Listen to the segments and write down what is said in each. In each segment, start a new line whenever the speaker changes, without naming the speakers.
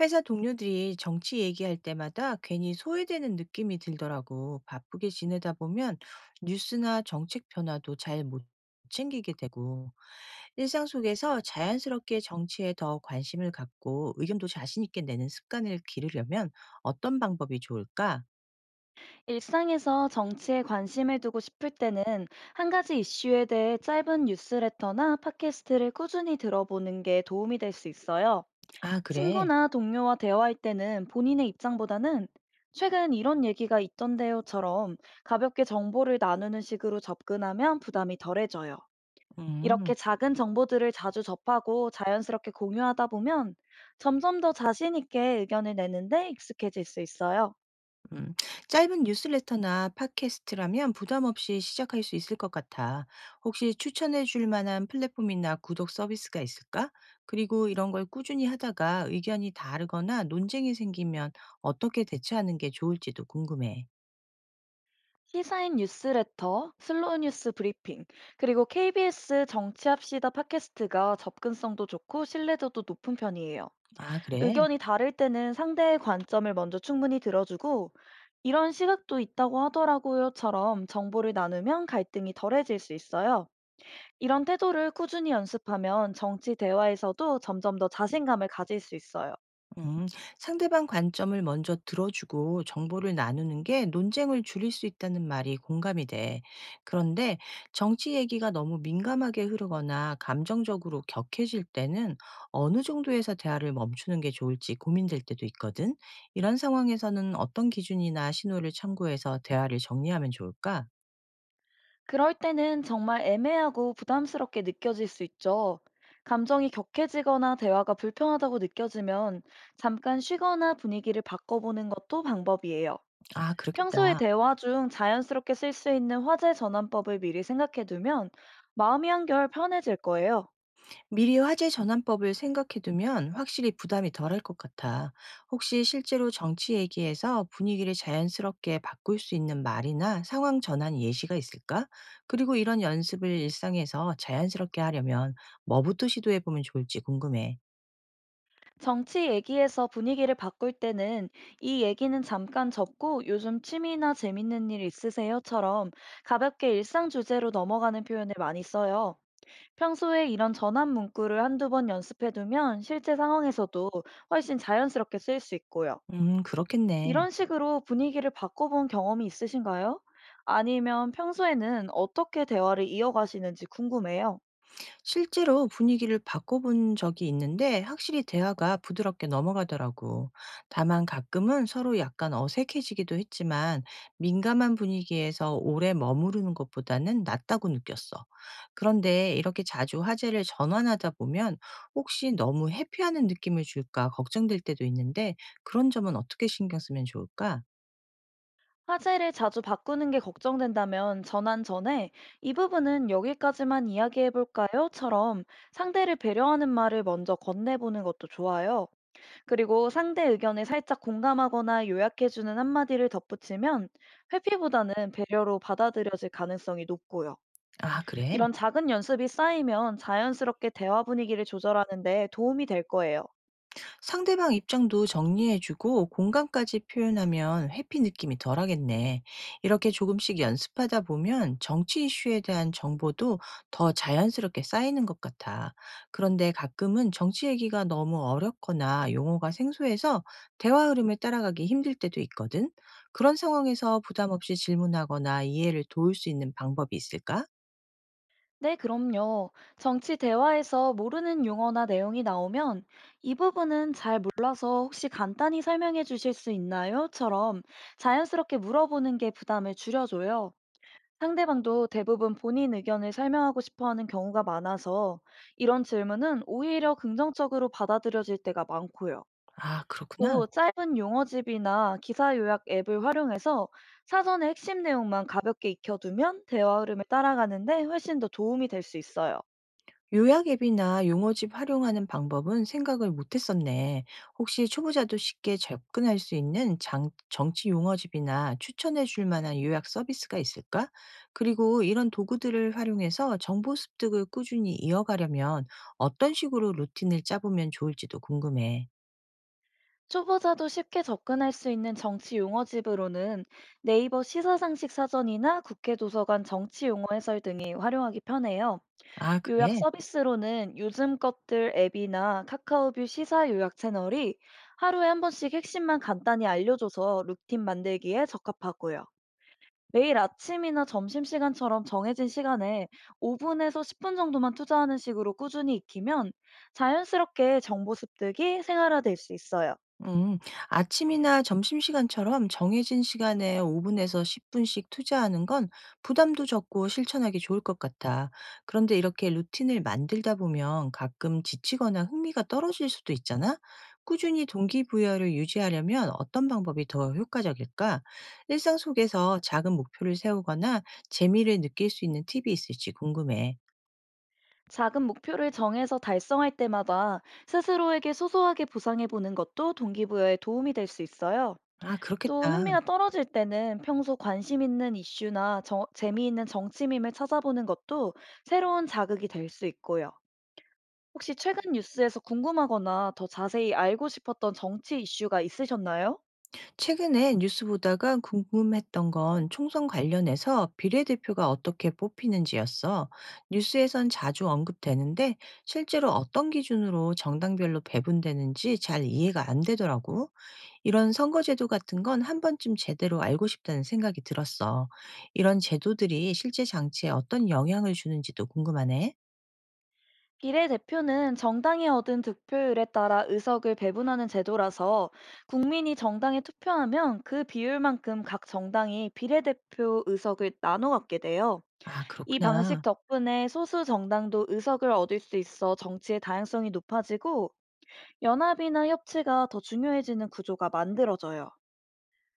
회사 동료들이 정치 얘기할 때마다 괜히 소외되는 느낌이 들더라고. 바쁘게 지내다 보면 뉴스나 정책 변화도 잘 못 챙기게 되고, 일상 속에서 자연스럽게 정치에 더 관심을 갖고 의견도 자신 있게 내는 습관을 기르려면 어떤 방법이 좋을까?
일상에서 정치에 관심을 두고 싶을 때는 한 가지 이슈에 대해 짧은 뉴스레터나 팟캐스트를 꾸준히 들어보는 게 도움이 될 수 있어요.
아, 그래.
친구나 동료와 대화할 때는 본인의 입장보다는 최근 이런 얘기가 있던데요처럼 가볍게 정보를 나누는 식으로 접근하면 부담이 덜해져요. 이렇게
음.
작은 정보들을 자주 접하고 자연스럽게 공유하다 보면 점점 더 자신 있게 의견을 내는데 익숙해질 수 있어요.
음, 짧은 뉴스레터나 팟캐스트라면 부담 없이 시작할 수 있을 것 같아. 혹시 추천해 줄 만한 플랫폼이나 구독 서비스가 있을까? 그리고 이런 걸 꾸준히 하다가 의견이 다르거나 논쟁이 생기면 어떻게 대처하는 게 좋을지도 궁금해.
시사인 뉴스레터, 슬로우 뉴스 브리핑, 그리고 KBS 정치합시다 팟캐스트가 접근성도 좋고 신뢰도도 높은 편이에요.
아, 그래?
의견이 다를 때는 상대의 관점을 먼저 충분히 들어주고 이런 시각도 있다고 하더라고요처럼 정보를 나누면 갈등이 덜해질 수 있어요. 이런 태도를 꾸준히 연습하면 정치 대화에서도 점점 더 자신감을 가질 수 있어요.
음, 상대방 관점을 먼저 들어주고 정보를 나누는 게 논쟁을 줄일 수 있다는 말이 공감이 돼. 그런데 정치 얘기가 너무 민감하게 흐르거나 감정적으로 격해질 때는 어느 정도에서 대화를 멈추는 게 좋을지 고민될 때도 있거든. 이런 상황에서는 어떤 기준이나 신호를 참고해서 대화를 정리하면 좋을까?
그럴 때는 정말 애매하고 부담스럽게 느껴질 수 있죠. 감정이 격해지거나 대화가 불편하다고 느껴지면 잠깐 쉬거나 분위기를 바꿔보는 것도 방법이에요.
아,
평소에
그렇겠다.
대화 중 자연스럽게 쓸 수 있는 화제 전환법을 미리 생각해두면 마음이 한결 편해질 거예요.
미리 화제 전환법을 생각해두면 확실히 부담이 덜할 것 같아. 혹시 실제로 정치 얘기에서 분위기를 자연스럽게 바꿀 수 있는 말이나 상황 전환 예시가 있을까? 그리고 이런 연습을 일상에서 자연스럽게 하려면 뭐부터 시도해보면 좋을지 궁금해.
정치 얘기에서 분위기를 바꿀 때는 이 얘기는 잠깐 접고 요즘 취미나 재밌는 일 있으세요?처럼 가볍게 일상 주제로 넘어가는 표현을 많이 써요. 평소에 이런 전환 문구를 한두 번 연습해두면 실제 상황에서도 훨씬 자연스럽게 쓰일 수 있고요.
그렇겠네.
이런 식으로 분위기를 바꿔본 경험이 있으신가요? 아니면 평소에는 어떻게 대화를 이어가시는지 궁금해요.
실제로 분위기를 바꿔본 적이 있는데 확실히 대화가 부드럽게 넘어가더라고. 다만 가끔은 서로 약간 어색해지기도 했지만 민감한 분위기에서 오래 머무르는 것보다는 낫다고 느꼈어. 그런데 이렇게 자주 화제를 전환하다 보면 혹시 너무 회피하는 느낌을 줄까 걱정될 때도 있는데 그런 점은 어떻게 신경 쓰면 좋을까?
화제를 자주 바꾸는 게 걱정된다면 전환 전에 이 부분은 여기까지만 이야기해볼까요?처럼 상대를 배려하는 말을 먼저 건네보는 것도 좋아요. 그리고 상대 의견에 살짝 공감하거나 요약해주는 한마디를 덧붙이면 회피보다는 배려로 받아들여질 가능성이 높고요.
아, 그래?
이런 작은 연습이 쌓이면 자연스럽게 대화 분위기를 조절하는데 도움이 될 거예요.
상대방 입장도 정리해주고 공감까지 표현하면 회피 느낌이 덜하겠네. 이렇게 조금씩 연습하다 보면 정치 이슈에 대한 정보도 더 자연스럽게 쌓이는 것 같아. 그런데 가끔은 정치 얘기가 너무 어렵거나 용어가 생소해서 대화 흐름을 따라가기 힘들 때도 있거든. 그런 상황에서 부담 없이 질문하거나 이해를 도울 수 있는 방법이 있을까?
네, 그럼요. 정치 대화에서 모르는 용어나 내용이 나오면 이 부분은 잘 몰라서 혹시 간단히 설명해 주실 수 있나요?처럼 자연스럽게 물어보는 게 부담을 줄여줘요. 상대방도 대부분 본인 의견을 설명하고 싶어 하는 경우가 많아서 이런 질문은 오히려 긍정적으로 받아들여질 때가 많고요.
아, 그렇구나.
또 짧은 용어집이나 기사 요약 앱을 활용해서 사전의 핵심 내용만 가볍게 익혀두면 대화 흐름을 따라가는데 훨씬 더 도움이 될 수 있어요.
요약 앱이나 용어집 활용하는 방법은 생각을 못 했었네. 혹시 초보자도 쉽게 접근할 수 있는 정치 용어집이나 추천해 줄 만한 요약 서비스가 있을까? 그리고 이런 도구들을 활용해서 정보 습득을 꾸준히 이어가려면 어떤 식으로 루틴을 짜보면 좋을지도 궁금해.
초보자도 쉽게 접근할 수 있는 정치 용어집으로는 네이버 시사상식 사전이나 국회 도서관 정치 용어 해설 등이 활용하기 편해요.
아,
요약
그래?
서비스로는 요즘 것들 앱이나 카카오뷰 시사 요약 채널이 하루에 한 번씩 핵심만 간단히 알려줘서 루틴 만들기에 적합하고요. 매일 아침이나 점심시간처럼 정해진 시간에 5분에서 10분 정도만 투자하는 식으로 꾸준히 익히면 자연스럽게 정보 습득이 생활화될 수 있어요.
음, 아침이나 점심시간처럼 정해진 시간에 5분에서 10분씩 투자하는 건 부담도 적고 실천하기 좋을 것 같아. 그런데 이렇게 루틴을 만들다 보면 가끔 지치거나 흥미가 떨어질 수도 있잖아? 꾸준히 동기부여를 유지하려면 어떤 방법이 더 효과적일까? 일상 속에서 작은 목표를 세우거나 재미를 느낄 수 있는 팁이 있을지 궁금해.
작은 목표를 정해서 달성할 때마다 스스로에게 소소하게 보상해보는 것도 동기부여에 도움이 될 수 있어요.
아,
또
그렇겠다.
흥미가 떨어질 때는 평소 관심 있는 이슈나 재미있는 정치밈을 찾아보는 것도 새로운 자극이 될 수 있고요. 혹시 최근 뉴스에서 궁금하거나 더 자세히 알고 싶었던 정치 이슈가 있으셨나요?
최근에 뉴스 보다가 궁금했던 건 총선 관련해서 비례대표가 어떻게 뽑히는지였어. 뉴스에선 자주 언급되는데 실제로 어떤 기준으로 정당별로 배분되는지 잘 이해가 안 되더라고. 이런 선거제도 같은 건 한 번쯤 제대로 알고 싶다는 생각이 들었어. 이런 제도들이 실제 장치에 어떤 영향을 주는지도 궁금하네.
비례 대표는 정당이 얻은 득표율에 따라 의석을 배분하는 제도라서 국민이 정당에 투표하면 그 비율만큼 각 정당이 비례대표 의석을 나눠 갖게 돼요.
아,
이 방식
그렇구나.
덕분에 소수 정당도 의석을 얻을 수 있어 정치의 다양성이 높아지고 연합이나 협치가 더 중요해지는 구조가 만들어져요.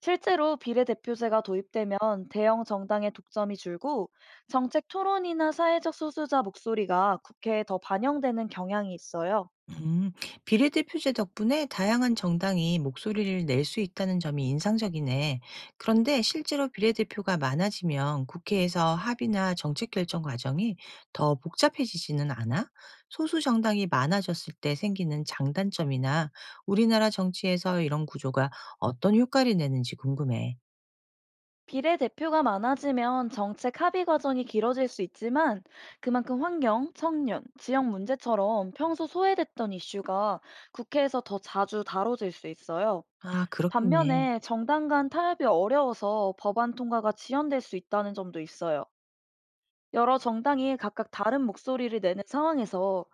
실제로 비례대표제가 도입되면 대형 정당의 독점이 줄고 정책 토론이나 사회적 소수자 목소리가 국회에 더 반영되는 경향이 있어요.
음, 비례대표제 덕분에 다양한 정당이 목소리를 낼 수 있다는 점이 인상적이네. 그런데 실제로 비례대표가 많아지면 국회에서 합의나 정책 결정 과정이 더 복잡해지지는 않아? 소수 정당이 많아졌을 때 생기는 장단점이나 우리나라 정치에서 이런 구조가 어떤 효과를 내는지 궁금해.
비례대표가 많아지면 정책 합의 과정이 길어질 수 있지만 그만큼 환경, 청년, 지역 문제처럼 평소 소외됐던 이슈가 국회에서 더 자주 다뤄질 수 있어요.
아, 그렇겠네.
반면에 정당 간 타협이 어려워서 법안 통과가 지연될 수 있다는 점도 있어요. 여러 정당이 각각 다른 목소리를 내는 상황에서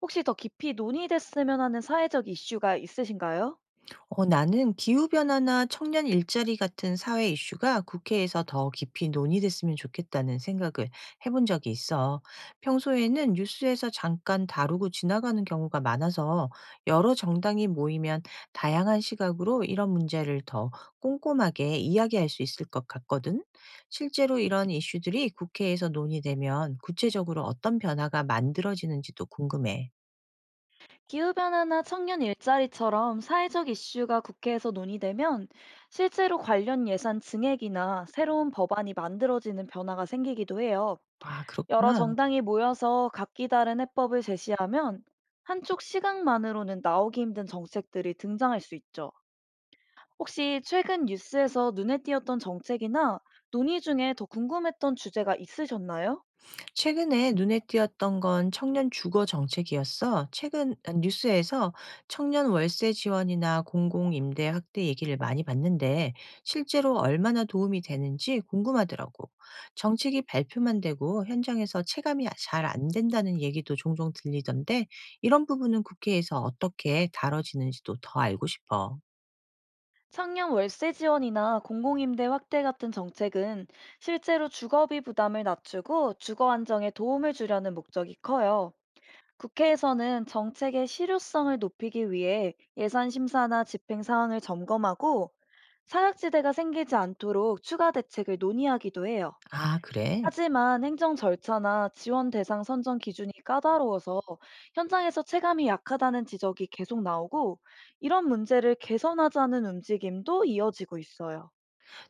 혹시 더 깊이 논의됐으면 하는 사회적 이슈가 있으신가요?
어, 나는 기후변화나 청년 일자리 같은 사회 이슈가 국회에서 더 깊이 논의됐으면 좋겠다는 생각을 해본 적이 있어. 평소에는 뉴스에서 잠깐 다루고 지나가는 경우가 많아서 여러 정당이 모이면 다양한 시각으로 이런 문제를 더 꼼꼼하게 이야기할 수 있을 것 같거든. 실제로 이런 이슈들이 국회에서 논의되면 구체적으로 어떤 변화가 만들어지는지도 궁금해.
기후변화나 청년 일자리처럼 사회적 이슈가 국회에서 논의되면 실제로 관련 예산 증액이나 새로운 법안이 만들어지는 변화가 생기기도 해요.
아,
여러
그렇구나.
정당이 모여서 각기 다른 해법을 제시하면 한쪽 시각만으로는 나오기 힘든 정책들이 등장할 수 있죠. 혹시 최근 뉴스에서 눈에 띄었던 정책이나 논의 중에 더 궁금했던 주제가 있으셨나요?
최근에 눈에 띄었던 건 청년 주거 정책이었어. 최근 뉴스에서 청년 월세 지원이나 공공 임대 확대 얘기를 많이 봤는데 실제로 얼마나 도움이 되는지 궁금하더라고. 정책이 발표만 되고 현장에서 체감이 잘안 된다는 얘기도 종종 들리던데 이런 부분은 국회에서 어떻게 다뤄지는지도 더 알고 싶어.
청년 월세 지원이나 공공임대 확대 같은 정책은 실제로 주거비 부담을 낮추고 주거 안정에 도움을 주려는 목적이 커요. 국회에서는 정책의 실효성을 높이기 위해 예산 심사나 집행 사항을 점검하고 사각지대가 생기지 않도록 추가 대책을 논의하기도 해요.
아, 그래?
하지만 행정 절차나 지원 대상 선정 기준이 까다로워서 현장에서 체감이 약하다는 지적이 계속 나오고 이런 문제를 개선하자는 움직임도 이어지고 있어요.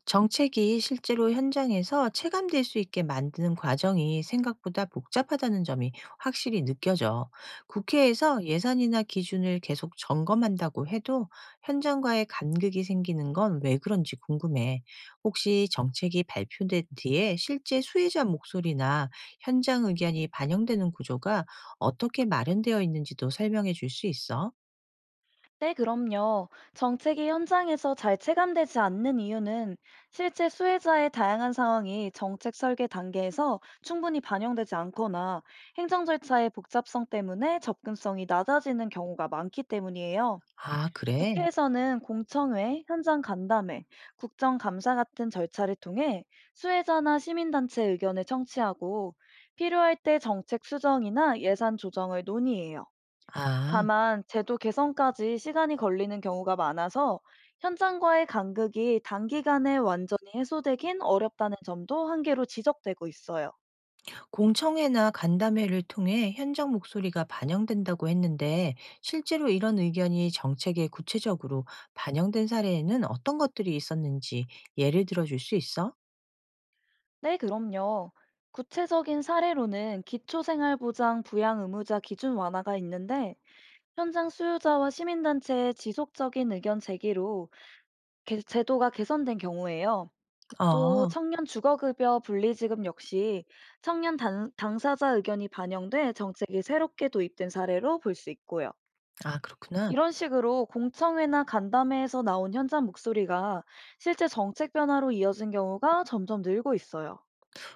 정책이 실제로 현장에서 체감될 수 있게 만드는 과정이 생각보다 복잡하다는 점이 확실히 느껴져. 국회에서 예산이나 기준을 계속 점검한다고 해도 현장과의 간극이 생기는 건 왜 그런지 궁금해. 혹시 정책이 발표된 뒤에 실제 수혜자 목소리나 현장 의견이 반영되는 구조가 어떻게 마련되어 있는지도 설명해 줄 수 있어?
네, 그럼요. 정책이 현장에서 잘 체감되지 않는 이유는 실제 수혜자의 다양한 상황이 정책 설계 단계에서 충분히 반영되지 않거나 행정 절차의 복잡성 때문에 접근성이 낮아지는 경우가 많기 때문이에요.
아, 그래?
국회에서는 공청회, 현장 간담회, 국정감사 같은 절차를 통해 수혜자나 시민단체 의견을 청취하고 필요할 때 정책 수정이나 예산 조정을 논의해요.
아.
다만 제도 개선까지 시간이 걸리는 경우가 많아서 현장과의 간극이 단기간에 완전히 해소되긴 어렵다는 점도 한계로 지적되고 있어요.
공청회나 간담회를 통해 현장 목소리가 반영된다고 했는데 실제로 이런 의견이 정책에 구체적으로 반영된 사례에는 어떤 것들이 있었는지 예를 들어 줄 수 있어?
네, 그럼요. 구체적인 사례로는 기초생활보장 부양 의무자 기준 완화가 있는데 현장 수요자와 시민단체의 지속적인 의견 제기로 제도가 개선된 경우에요. 또
어,
청년 주거급여 분리지급 역시 청년 당사자 의견이 반영돼 정책이 새롭게 도입된 사례로 볼 수 있고요.
아, 그렇구나.
이런 식으로 공청회나 간담회에서 나온 현장 목소리가 실제 정책 변화로 이어진 경우가 점점 늘고 있어요.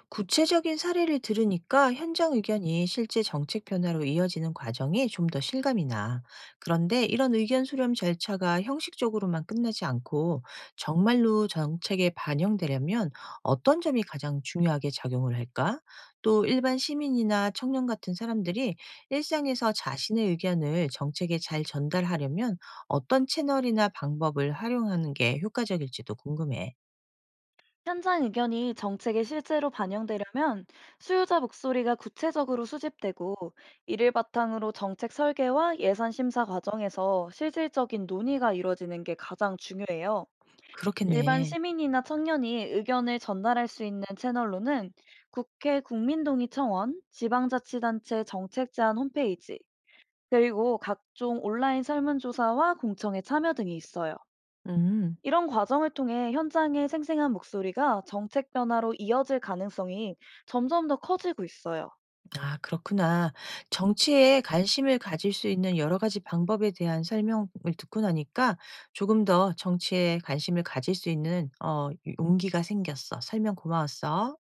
구체적인 사례를 들으니까 현장 의견이 실제 정책 변화로 이어지는 과정이 좀 더 실감이 나. 그런데 이런 의견 수렴 절차가 형식적으로만 끝나지 않고 정말로 정책에 반영되려면 어떤 점이 가장 중요하게 작용을 할까? 또 일반 시민이나 청년 같은 사람들이 일상에서 자신의 의견을 정책에 잘 전달하려면 어떤 채널이나 방법을 활용하는 게 효과적일지도 궁금해.
현장 의견이 정책에 실제로 반영되려면 수요자 목소리가 구체적으로 수집되고 이를 바탕으로 정책 설계와 예산 심사 과정에서 실질적인 논의가 이루어지는 게 가장 중요해요. 일반
그렇겠네.
시민이나 청년이 의견을 전달할 수 있는 채널로는 국회 국민동의청원, 지방자치단체 정책 제안 홈페이지, 그리고 각종 온라인 설문조사와 공청회 참여 등이 있어요.
음.
이런 과정을 통해 현장의 생생한 목소리가 정책 변화로 이어질 가능성이 점점 더 커지고 있어요.
아, 그렇구나. 정치에 관심을 가질 수 있는 여러 가지 방법에 대한 설명을 듣고 나니까 조금 더 정치에 관심을 가질 수 있는 어, 용기가 생겼어. 설명 고마웠어.